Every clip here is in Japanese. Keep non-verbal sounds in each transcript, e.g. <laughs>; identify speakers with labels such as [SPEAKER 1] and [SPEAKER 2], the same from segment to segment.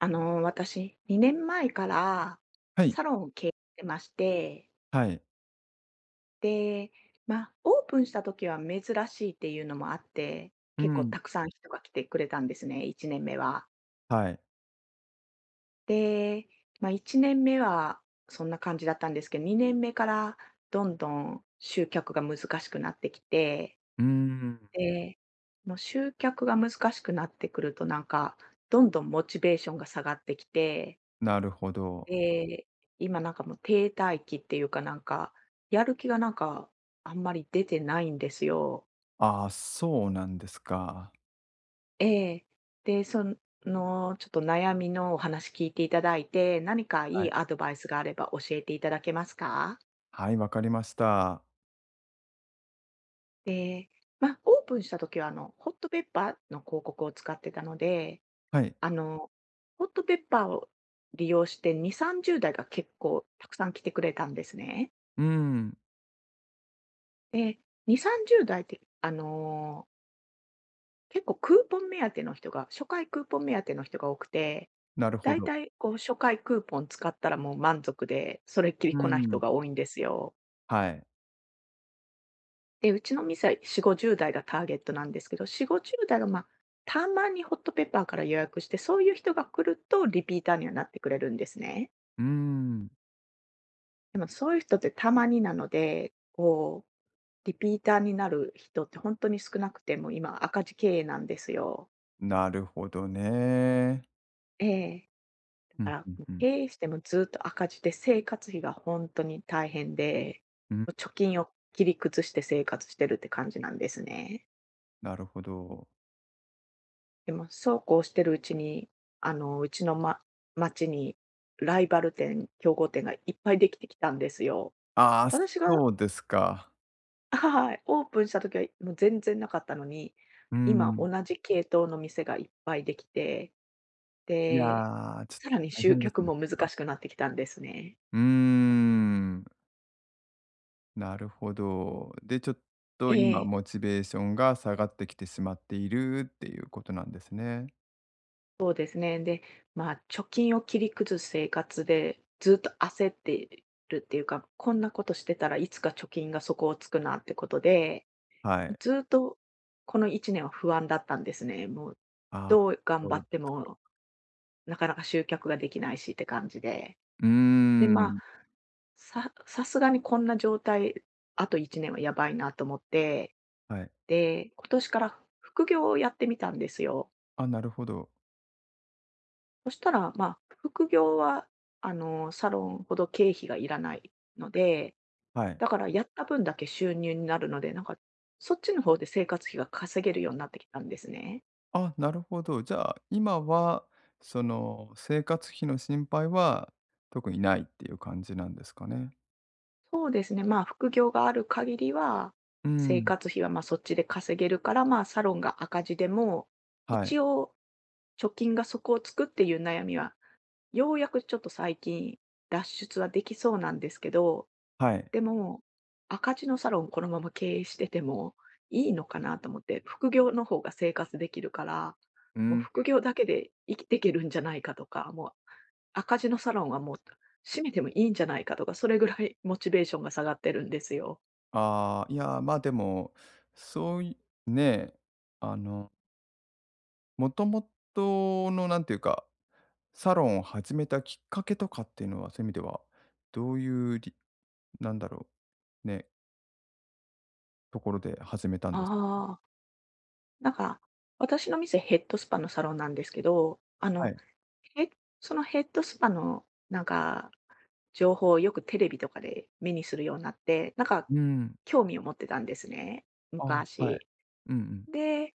[SPEAKER 1] 私、2年前から
[SPEAKER 2] はい、
[SPEAKER 1] サロンを経営してまして、
[SPEAKER 2] はい。
[SPEAKER 1] で、まあ、オープンした時は珍しいっていうのもあって、
[SPEAKER 2] う
[SPEAKER 1] 結構
[SPEAKER 2] ん、
[SPEAKER 1] たくさん人が来てくれたんですね、1年目は。
[SPEAKER 2] はい。
[SPEAKER 1] で、まあ、1年目はそんな感じだったんですけど、2年目からどんどん集客が難しくなってきて、
[SPEAKER 2] うーん、
[SPEAKER 1] で、もう集客が難しくなってくると、なんか、どんどんモチベーションが下がってきて。
[SPEAKER 2] なるほど。
[SPEAKER 1] で、今なんかもう停滞期っていうかなんか、やる気がなんかあんまり出てないんですよ。
[SPEAKER 2] ああ、そうなんですか。
[SPEAKER 1] ええ。で、そのちょっと悩みのお話聞いていただいて、何かい
[SPEAKER 2] はい。
[SPEAKER 1] いアドバイスがあれば教えていただけますか？
[SPEAKER 2] はい、わかりました。
[SPEAKER 1] で、まあ、オープンした時はホットペッパーの広告を使ってたので、
[SPEAKER 2] はい。
[SPEAKER 1] あの、ホットペッパーを利用して2、30代が結構たくさん来てくれたんですね。
[SPEAKER 2] うーん、
[SPEAKER 1] で、2、30代って結構クーポン目当ての人が、初回クーポン目当ての人が多くて、
[SPEAKER 2] なるほ
[SPEAKER 1] だい
[SPEAKER 2] ど。
[SPEAKER 1] たいこう初回クーポン使ったらもう満足で、それっきり
[SPEAKER 2] うー
[SPEAKER 1] 来ない人
[SPEAKER 2] ん、
[SPEAKER 1] が多いんですよ。
[SPEAKER 2] はい。
[SPEAKER 1] で、うちの店は40、50代がターゲットなんですけど、40、50代がまあ、たまにホットペッパーから予約して、そういう人が来るとリピーターにはなってくれるんですね。
[SPEAKER 2] うーん、
[SPEAKER 1] でもそういう人ってたまになので、こう、リピーターになる人って本当に少なくて、もう今赤字経営なんですよ。
[SPEAKER 2] なるほどね。
[SPEAKER 1] ええ。だ
[SPEAKER 2] う
[SPEAKER 1] か
[SPEAKER 2] ん、
[SPEAKER 1] ら、
[SPEAKER 2] ふん
[SPEAKER 1] もう
[SPEAKER 2] ふん。
[SPEAKER 1] 経営してもずっと赤字で生活費が本当に大変で、
[SPEAKER 2] うん、
[SPEAKER 1] もう貯金を切り崩して生活してるって感じなんですね。
[SPEAKER 2] なるほど。
[SPEAKER 1] でもそうこうしてるうちに、うちの、町にライバル店、競合店がいっぱいできてきたんですよ。
[SPEAKER 2] ああ、
[SPEAKER 1] 私が、
[SPEAKER 2] そうですか。
[SPEAKER 1] はい、オープンした時はもう全然なかったのに、
[SPEAKER 2] うー
[SPEAKER 1] 今
[SPEAKER 2] ん。
[SPEAKER 1] 同じ系統の店がいっぱいできて、
[SPEAKER 2] い
[SPEAKER 1] で、
[SPEAKER 2] や、ちょっと
[SPEAKER 1] さらに
[SPEAKER 2] 大
[SPEAKER 1] 集
[SPEAKER 2] 変で
[SPEAKER 1] 客
[SPEAKER 2] すね、
[SPEAKER 1] も
[SPEAKER 2] それ
[SPEAKER 1] 難
[SPEAKER 2] は。
[SPEAKER 1] しくなってきたんですね。
[SPEAKER 2] うーん。なるほど。で、ちょっと
[SPEAKER 1] え
[SPEAKER 2] 今
[SPEAKER 1] え。
[SPEAKER 2] モチベーションが下がってきてしまっているっていうことなんですね。
[SPEAKER 1] そうですね。で、まあ、貯金を切り崩す生活で、ずっと焦ってるっていうか、こんなことしてたらいつか貯金が底をつくなってことで、
[SPEAKER 2] はい。
[SPEAKER 1] ずっとこの1年は不安だったんですね。もう、
[SPEAKER 2] あ、
[SPEAKER 1] どう頑
[SPEAKER 2] そ
[SPEAKER 1] 張
[SPEAKER 2] う
[SPEAKER 1] っ
[SPEAKER 2] で
[SPEAKER 1] て
[SPEAKER 2] す。
[SPEAKER 1] も、なかなか集客ができないしって感じで。
[SPEAKER 2] うー
[SPEAKER 1] で、まあ、
[SPEAKER 2] ん、
[SPEAKER 1] さすがにこんな状態、あと1年はやばいなと思って、
[SPEAKER 2] はい。
[SPEAKER 1] で、今年から副業をやってみたんですよ。
[SPEAKER 2] あ、なるほど。
[SPEAKER 1] そしたら、まあ、副業は、サロンほど経費がいらないので、
[SPEAKER 2] はい。
[SPEAKER 1] だからやった分だけ収入になるので、なんか、そっちの方で生活費が稼げるようになってきたんですね。
[SPEAKER 2] あ、なるほど。じゃあ、今はその生活費の心配は特にないっていう感じなんですかね？
[SPEAKER 1] そうですね。まあ、副業がある限りは、
[SPEAKER 2] う
[SPEAKER 1] 生
[SPEAKER 2] ん、
[SPEAKER 1] 活費はまあそっちで稼げるから、まあ、サロンが赤字でも、
[SPEAKER 2] はい、
[SPEAKER 1] 一応、貯金が底をつくっていう悩みは、ようやくちょっと最近、脱出はできそうなんですけど、
[SPEAKER 2] はい。
[SPEAKER 1] でも、赤字のサロンこのまま経営しててもいいのかなと思って、副業の方が生活できるから、
[SPEAKER 2] う
[SPEAKER 1] もう
[SPEAKER 2] ん。
[SPEAKER 1] 副業だけで生きていけるんじゃないかとか、もう赤字のサロンはもう閉めてもいいんじゃないかとか、それぐらいモチベーションが下がってるんですよ。
[SPEAKER 2] ああ、いやー、ま、あでも、そういねえ、あの、もともとのなんていうかサロンを始めたきっかけとかっていうのは、そういう意味では、どういうりなんだろう、ね、ところで始めたん
[SPEAKER 1] あ
[SPEAKER 2] です。
[SPEAKER 1] あ、なんか、私の店ヘッドスパのサロンなんですけど、
[SPEAKER 2] はい。
[SPEAKER 1] へそのヘッドスパのなんか情報をよくテレビとかで目にするようになって、なんか
[SPEAKER 2] うん。
[SPEAKER 1] 興味を持ってたんですね、
[SPEAKER 2] あ、はい。
[SPEAKER 1] 昔。
[SPEAKER 2] うんうん。
[SPEAKER 1] で、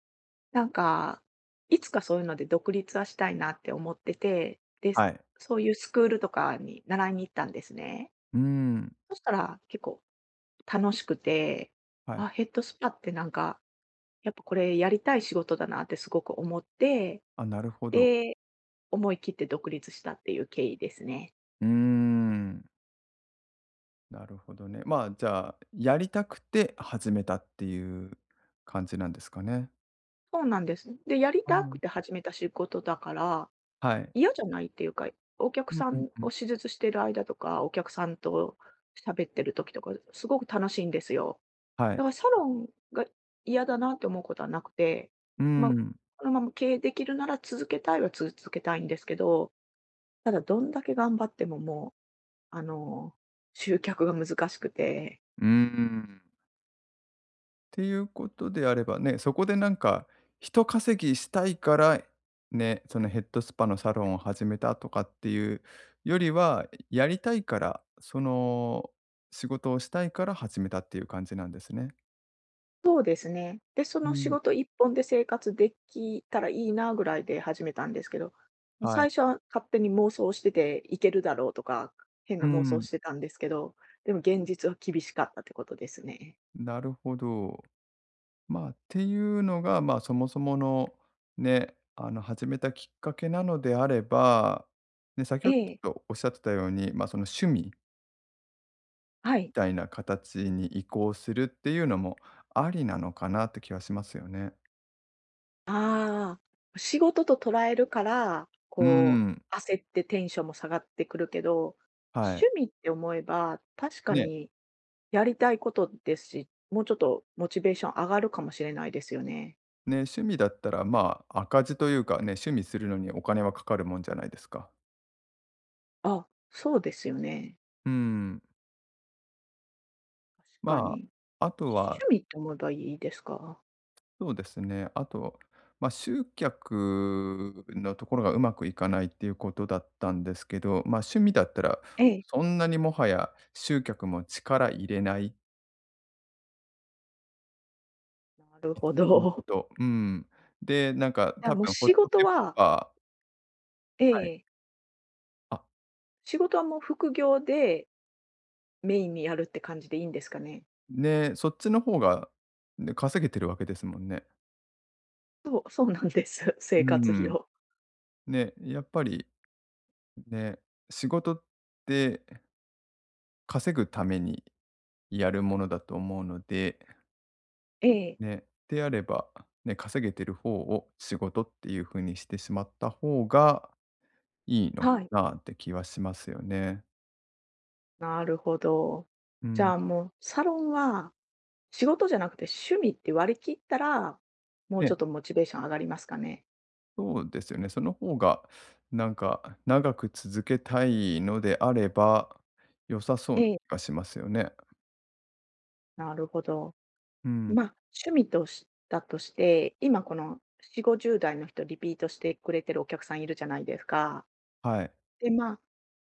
[SPEAKER 1] なんか、いつかそういうので独立はしたいなって思ってて、で、
[SPEAKER 2] はい。
[SPEAKER 1] そういうスクールとかに習いに行ったんですね。
[SPEAKER 2] うーん。
[SPEAKER 1] そしたら結構楽しくて、
[SPEAKER 2] はい。
[SPEAKER 1] あ、ヘッドスパってなんか、やっぱこれやりたい仕事だなってすごく思って、
[SPEAKER 2] あ、なるほど。
[SPEAKER 1] で、思い切って独立したっていう経緯ですね。
[SPEAKER 2] うーん。なるほどね。まあ、じゃあ、やりたくて始めたっていう感じなんですかね。
[SPEAKER 1] そうなんです。で、やり
[SPEAKER 2] う
[SPEAKER 1] た
[SPEAKER 2] ん、
[SPEAKER 1] くて始めた仕事だから、
[SPEAKER 2] はい。
[SPEAKER 1] 嫌じゃないっていうか、お客
[SPEAKER 2] うん
[SPEAKER 1] さ
[SPEAKER 2] うん
[SPEAKER 1] ん
[SPEAKER 2] うん。
[SPEAKER 1] を手術してる間とか、お客さんと喋ってる時とか、すごく楽しいんですよ。
[SPEAKER 2] は
[SPEAKER 1] だ
[SPEAKER 2] い。
[SPEAKER 1] からサロンが嫌だなって思うことはなくて、
[SPEAKER 2] うー
[SPEAKER 1] まあ、
[SPEAKER 2] ん。
[SPEAKER 1] このまま経営できるなら続けたいは続けたいんですけど、ただどんだけ頑張ってももう、集客が難しくて。
[SPEAKER 2] うーん。ていうことであればね、そこでなんか、人稼ぎしたいから、ね、そのヘッドスパのサロンを始めたとかっていうよりは、やりたいから、その仕事をしたいから始めたっていう感じなんですね。
[SPEAKER 1] そうですね。で、そ
[SPEAKER 2] う
[SPEAKER 1] の仕
[SPEAKER 2] ん。
[SPEAKER 1] 事一本で生活できたらいいなぐらいで始めたんですけど、
[SPEAKER 2] は
[SPEAKER 1] 最
[SPEAKER 2] い。
[SPEAKER 1] 初は勝手に妄想してて、いけるだろうとか、変
[SPEAKER 2] う
[SPEAKER 1] な妄想
[SPEAKER 2] ん。
[SPEAKER 1] してたんですけど、でも現実は厳しかったってことですね。
[SPEAKER 2] なるほど。まあ、っていうのが、まあ、そもそものね、始めたきっかけなのであれば、ね、先ほ
[SPEAKER 1] え
[SPEAKER 2] ど
[SPEAKER 1] え、
[SPEAKER 2] ちょっとおっしゃってたように、まあ、その趣味
[SPEAKER 1] は
[SPEAKER 2] み
[SPEAKER 1] い。
[SPEAKER 2] たいな形に移行するっていうのもありなのかなって気はしますよね。
[SPEAKER 1] ああ、仕事と捉えるから、
[SPEAKER 2] うー
[SPEAKER 1] こ
[SPEAKER 2] ん、
[SPEAKER 1] う、焦ってテンションも下がってくるけど、
[SPEAKER 2] はい。
[SPEAKER 1] 趣味って思えば、確か
[SPEAKER 2] ね、
[SPEAKER 1] にやりたいことですし、もうちょっとモチベーション上がるかもしれないですよね。
[SPEAKER 2] ね、趣味だったら、まあ、赤字というかね、趣味するのにお金はかかるもんじゃないですか。
[SPEAKER 1] あ、そうですよね。
[SPEAKER 2] うーん。
[SPEAKER 1] 確か
[SPEAKER 2] ま
[SPEAKER 1] に。
[SPEAKER 2] あ、あとは、
[SPEAKER 1] 趣味と思えばいいですか？
[SPEAKER 2] そうですね、あと、まあ、集客のところがうまくいかないっていうことだったんですけど、まあ、趣味だったら、
[SPEAKER 1] ええ。
[SPEAKER 2] そんなにもはや集客も力入れない
[SPEAKER 1] なる
[SPEAKER 2] いつ
[SPEAKER 1] ほ
[SPEAKER 2] もほ
[SPEAKER 1] ど。
[SPEAKER 2] ど、うん。で、なんか
[SPEAKER 1] <laughs> じゃあ
[SPEAKER 2] 多
[SPEAKER 1] もう
[SPEAKER 2] 分ホットペッパー、
[SPEAKER 1] え
[SPEAKER 2] はい。
[SPEAKER 1] え、
[SPEAKER 2] あ、
[SPEAKER 1] 仕事はもう副業でメインにやるって感じでいいんですかね？
[SPEAKER 2] ね、そっちの方が、ね、稼げてるわけですもんね。
[SPEAKER 1] そうなんです。<laughs>
[SPEAKER 2] う
[SPEAKER 1] 生活費
[SPEAKER 2] ん。
[SPEAKER 1] を。
[SPEAKER 2] ね、やっぱり、ね、仕事って稼ぐためにやるものだと思うので、
[SPEAKER 1] ええ、
[SPEAKER 2] ね、であれば、ね、稼げてる方を仕事っていう風にしてしまった方がいいの
[SPEAKER 1] はい。
[SPEAKER 2] かなって気はしますよね。
[SPEAKER 1] なるほど。
[SPEAKER 2] う
[SPEAKER 1] じ
[SPEAKER 2] ん。
[SPEAKER 1] ゃあもうサロンは仕事じゃなくて趣味って割り切ったら、もうち
[SPEAKER 2] ね。
[SPEAKER 1] ょっとモチベーション上がりますかね？
[SPEAKER 2] そうですよね。その方が、なんか、長く続けたいのであれば、良さそうな
[SPEAKER 1] ええ。
[SPEAKER 2] 気がしますよね。
[SPEAKER 1] なるほど。
[SPEAKER 2] うん。
[SPEAKER 1] まあ、趣味だとして、今この4 50代の人リピートしてくれてるお客さんいるじゃないですか。
[SPEAKER 2] はい。
[SPEAKER 1] で、まあ、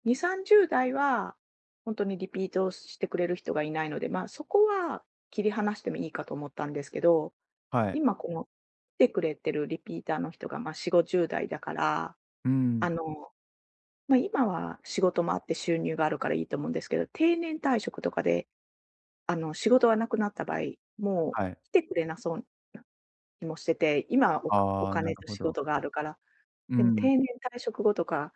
[SPEAKER 1] 2、30代は本当にリピートしてくれる人がいないので、まあ、そこは切り離してもいいかと思ったんですけど、
[SPEAKER 2] はい。
[SPEAKER 1] 今この来てくれてるリピーターの人が、まあ4 50代だから、
[SPEAKER 2] うん。
[SPEAKER 1] あの、まあ、今は仕事もあって収入があるからいいと思うんですけど、定年退職とかで、仕事がなくなった場合、もう
[SPEAKER 2] はい。
[SPEAKER 1] 来てくれなそうな気もしてて、今お
[SPEAKER 2] ああ、なる
[SPEAKER 1] 金と
[SPEAKER 2] ほ
[SPEAKER 1] 仕
[SPEAKER 2] ど。
[SPEAKER 1] 事があるから、
[SPEAKER 2] う
[SPEAKER 1] でも
[SPEAKER 2] ん。
[SPEAKER 1] 定年退職後とか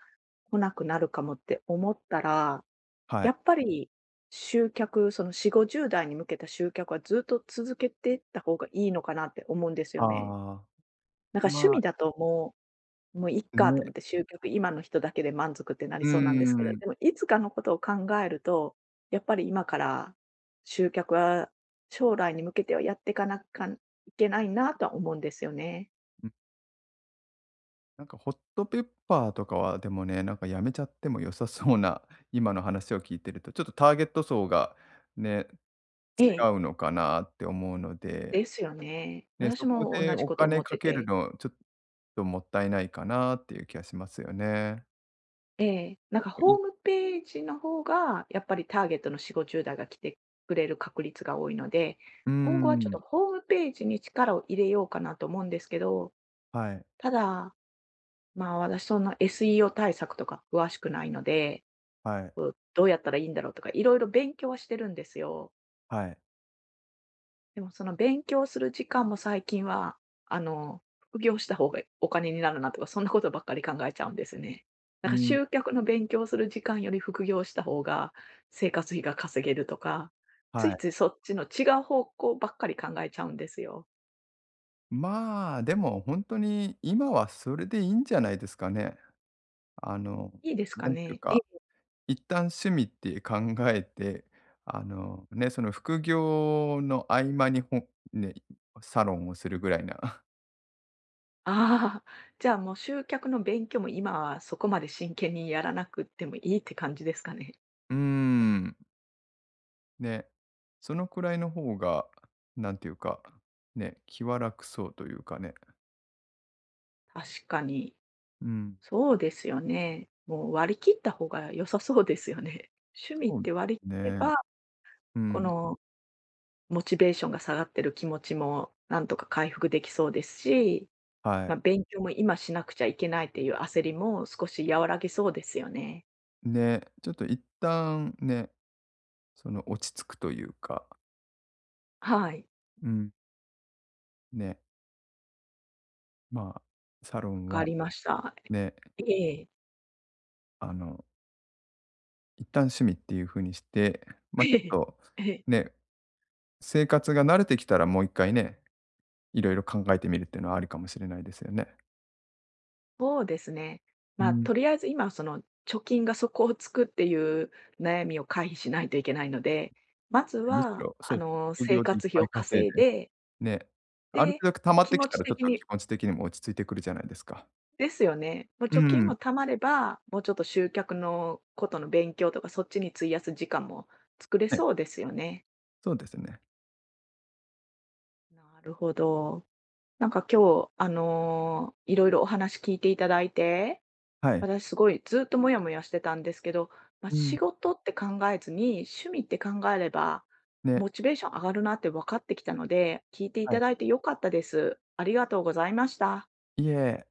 [SPEAKER 1] 来なくなるかもって思ったら、
[SPEAKER 2] はい。
[SPEAKER 1] やっぱり集客、その4 50代に向けた集客はずっと続けていった方がいいのかなって思うんですよ
[SPEAKER 2] あ
[SPEAKER 1] ね。
[SPEAKER 2] あ、
[SPEAKER 1] なんか趣
[SPEAKER 2] ま
[SPEAKER 1] 味だともう、もういっ
[SPEAKER 2] あ、
[SPEAKER 1] か
[SPEAKER 2] ね、
[SPEAKER 1] と思って集客、今の人だけで満足ってな
[SPEAKER 2] う
[SPEAKER 1] り
[SPEAKER 2] ー
[SPEAKER 1] そうなんですけど、
[SPEAKER 2] ん。
[SPEAKER 1] でもいつかのことを考えると、やっぱり今から集客は将来に向けてはやっていかなきゃいけないなとは思うんですよね。
[SPEAKER 2] うん、なんかホットペッパーとかは、でもね、なんかやめちゃっても良さそうな、今の話を聞いてると、ちょっとターゲット層がね、
[SPEAKER 1] え
[SPEAKER 2] 違
[SPEAKER 1] え。
[SPEAKER 2] うのかなって思うので
[SPEAKER 1] ですよね。
[SPEAKER 2] ね、そ
[SPEAKER 1] 私
[SPEAKER 2] こ
[SPEAKER 1] も
[SPEAKER 2] で
[SPEAKER 1] 同じ
[SPEAKER 2] お
[SPEAKER 1] こと思
[SPEAKER 2] 金
[SPEAKER 1] っ
[SPEAKER 2] か
[SPEAKER 1] て
[SPEAKER 2] ける
[SPEAKER 1] て。
[SPEAKER 2] の、ちょっともったいないかなっていう気がしますよね。
[SPEAKER 1] ええ。なんかホー
[SPEAKER 2] い
[SPEAKER 1] ムページの方が、やっぱりターゲットの40、50代が来てくれる確率が多いので、
[SPEAKER 2] う
[SPEAKER 1] 今後はちょっと
[SPEAKER 2] ん。
[SPEAKER 1] ホームページに力を入れようかなと思うんですけど、
[SPEAKER 2] はい、
[SPEAKER 1] ただ、まあ、私そんな SEO 対策とか詳しくないので、
[SPEAKER 2] はい、
[SPEAKER 1] こう、どうやったらいいんだろうとか、いろいろ勉強はしてるんですよ。
[SPEAKER 2] はい。
[SPEAKER 1] でもその勉強する時間も最近は、副業した方がお金になるなとか、そんなことばっかり考えちゃうんですね。な
[SPEAKER 2] う
[SPEAKER 1] んか
[SPEAKER 2] ん、
[SPEAKER 1] 集客の勉強する時間より副業した方が生活費が稼げるとか、つ
[SPEAKER 2] は
[SPEAKER 1] い
[SPEAKER 2] い。
[SPEAKER 1] ついそっちの違う方向ばっかり考えちゃうんですよ。
[SPEAKER 2] まあ、でもほんとに今はそれでいいんじゃないですかね。あの、
[SPEAKER 1] いいですか
[SPEAKER 2] なんていう
[SPEAKER 1] ね？え、
[SPEAKER 2] か、一旦趣味って考えて、ね、その副業の合間にね、サロンをするぐらいな。<laughs>
[SPEAKER 1] ああ、じゃあもう集客の勉強も今はそこまで真剣にやらなくってもいいって感じですかね？
[SPEAKER 2] うーん。ね、そのくらいの方が、なんていうか、ね、気は楽そうというかね。
[SPEAKER 1] 確かに。
[SPEAKER 2] うん、
[SPEAKER 1] そうですよね。もう割り切った方が良さそうですよね。<laughs> 趣味っ
[SPEAKER 2] そうで
[SPEAKER 1] て割り
[SPEAKER 2] す
[SPEAKER 1] 切れ
[SPEAKER 2] ね。
[SPEAKER 1] ば、
[SPEAKER 2] う
[SPEAKER 1] こ
[SPEAKER 2] ん、
[SPEAKER 1] のモチベーションが下がってる気持ちもなんとか回復できそうですし、
[SPEAKER 2] は
[SPEAKER 1] ま
[SPEAKER 2] い。
[SPEAKER 1] あ、勉強も今しなくちゃいけないっていう焦りも少し和らげそうですよね。
[SPEAKER 2] ね、ちょっと一旦ね、落ち着くというか、
[SPEAKER 1] はい、
[SPEAKER 2] うん、ね、まあ、サロ
[SPEAKER 1] わ
[SPEAKER 2] ン
[SPEAKER 1] か
[SPEAKER 2] は
[SPEAKER 1] りました。
[SPEAKER 2] ね、
[SPEAKER 1] ええ。
[SPEAKER 2] あの、一旦趣味っていう風にして、まあ、ちょ
[SPEAKER 1] え
[SPEAKER 2] っ
[SPEAKER 1] え。
[SPEAKER 2] と
[SPEAKER 1] ええ。
[SPEAKER 2] ね、生活が慣れてきたらもう一回ね、いろいろ考えてみるっていうのはありかもしれないですよね。
[SPEAKER 1] そうですね。
[SPEAKER 2] う
[SPEAKER 1] まあ、
[SPEAKER 2] ん、
[SPEAKER 1] とりあえず今、その貯金が底をつくっていう悩みを回避しないといけないので、まず
[SPEAKER 2] むし
[SPEAKER 1] は、
[SPEAKER 2] ろ、そう、副
[SPEAKER 1] 生
[SPEAKER 2] 業でいっ
[SPEAKER 1] 活費
[SPEAKER 2] ぱい
[SPEAKER 1] を
[SPEAKER 2] 稼い
[SPEAKER 1] 稼いで、
[SPEAKER 2] でね、ある
[SPEAKER 1] で、
[SPEAKER 2] 程度溜まっ
[SPEAKER 1] 気
[SPEAKER 2] てき
[SPEAKER 1] 持
[SPEAKER 2] た
[SPEAKER 1] ち
[SPEAKER 2] らちょっ
[SPEAKER 1] 的
[SPEAKER 2] と気
[SPEAKER 1] に
[SPEAKER 2] 持ち的にも落ち着いてくるじゃないですか。
[SPEAKER 1] ですよね。もう
[SPEAKER 2] う
[SPEAKER 1] 貯金
[SPEAKER 2] ん。
[SPEAKER 1] も貯まれば、もうちょっと集客のことの勉強とか、そっちに費やす時間も作れ
[SPEAKER 2] ね、
[SPEAKER 1] そうですよね。
[SPEAKER 2] そうですね。
[SPEAKER 1] なるほど。なんか今日、いろいろお話聞いていただいて、
[SPEAKER 2] はい。
[SPEAKER 1] 私すごいずっとモヤモヤしてたんですけど、まあ、
[SPEAKER 2] うん。
[SPEAKER 1] 仕事って考えずに、趣味って考えれば、
[SPEAKER 2] ね、
[SPEAKER 1] モチベーション上がるなって分かってきたので、聞いてい
[SPEAKER 2] は
[SPEAKER 1] た
[SPEAKER 2] い。
[SPEAKER 1] だいて良かったです。ありがとうございました。
[SPEAKER 2] いえ。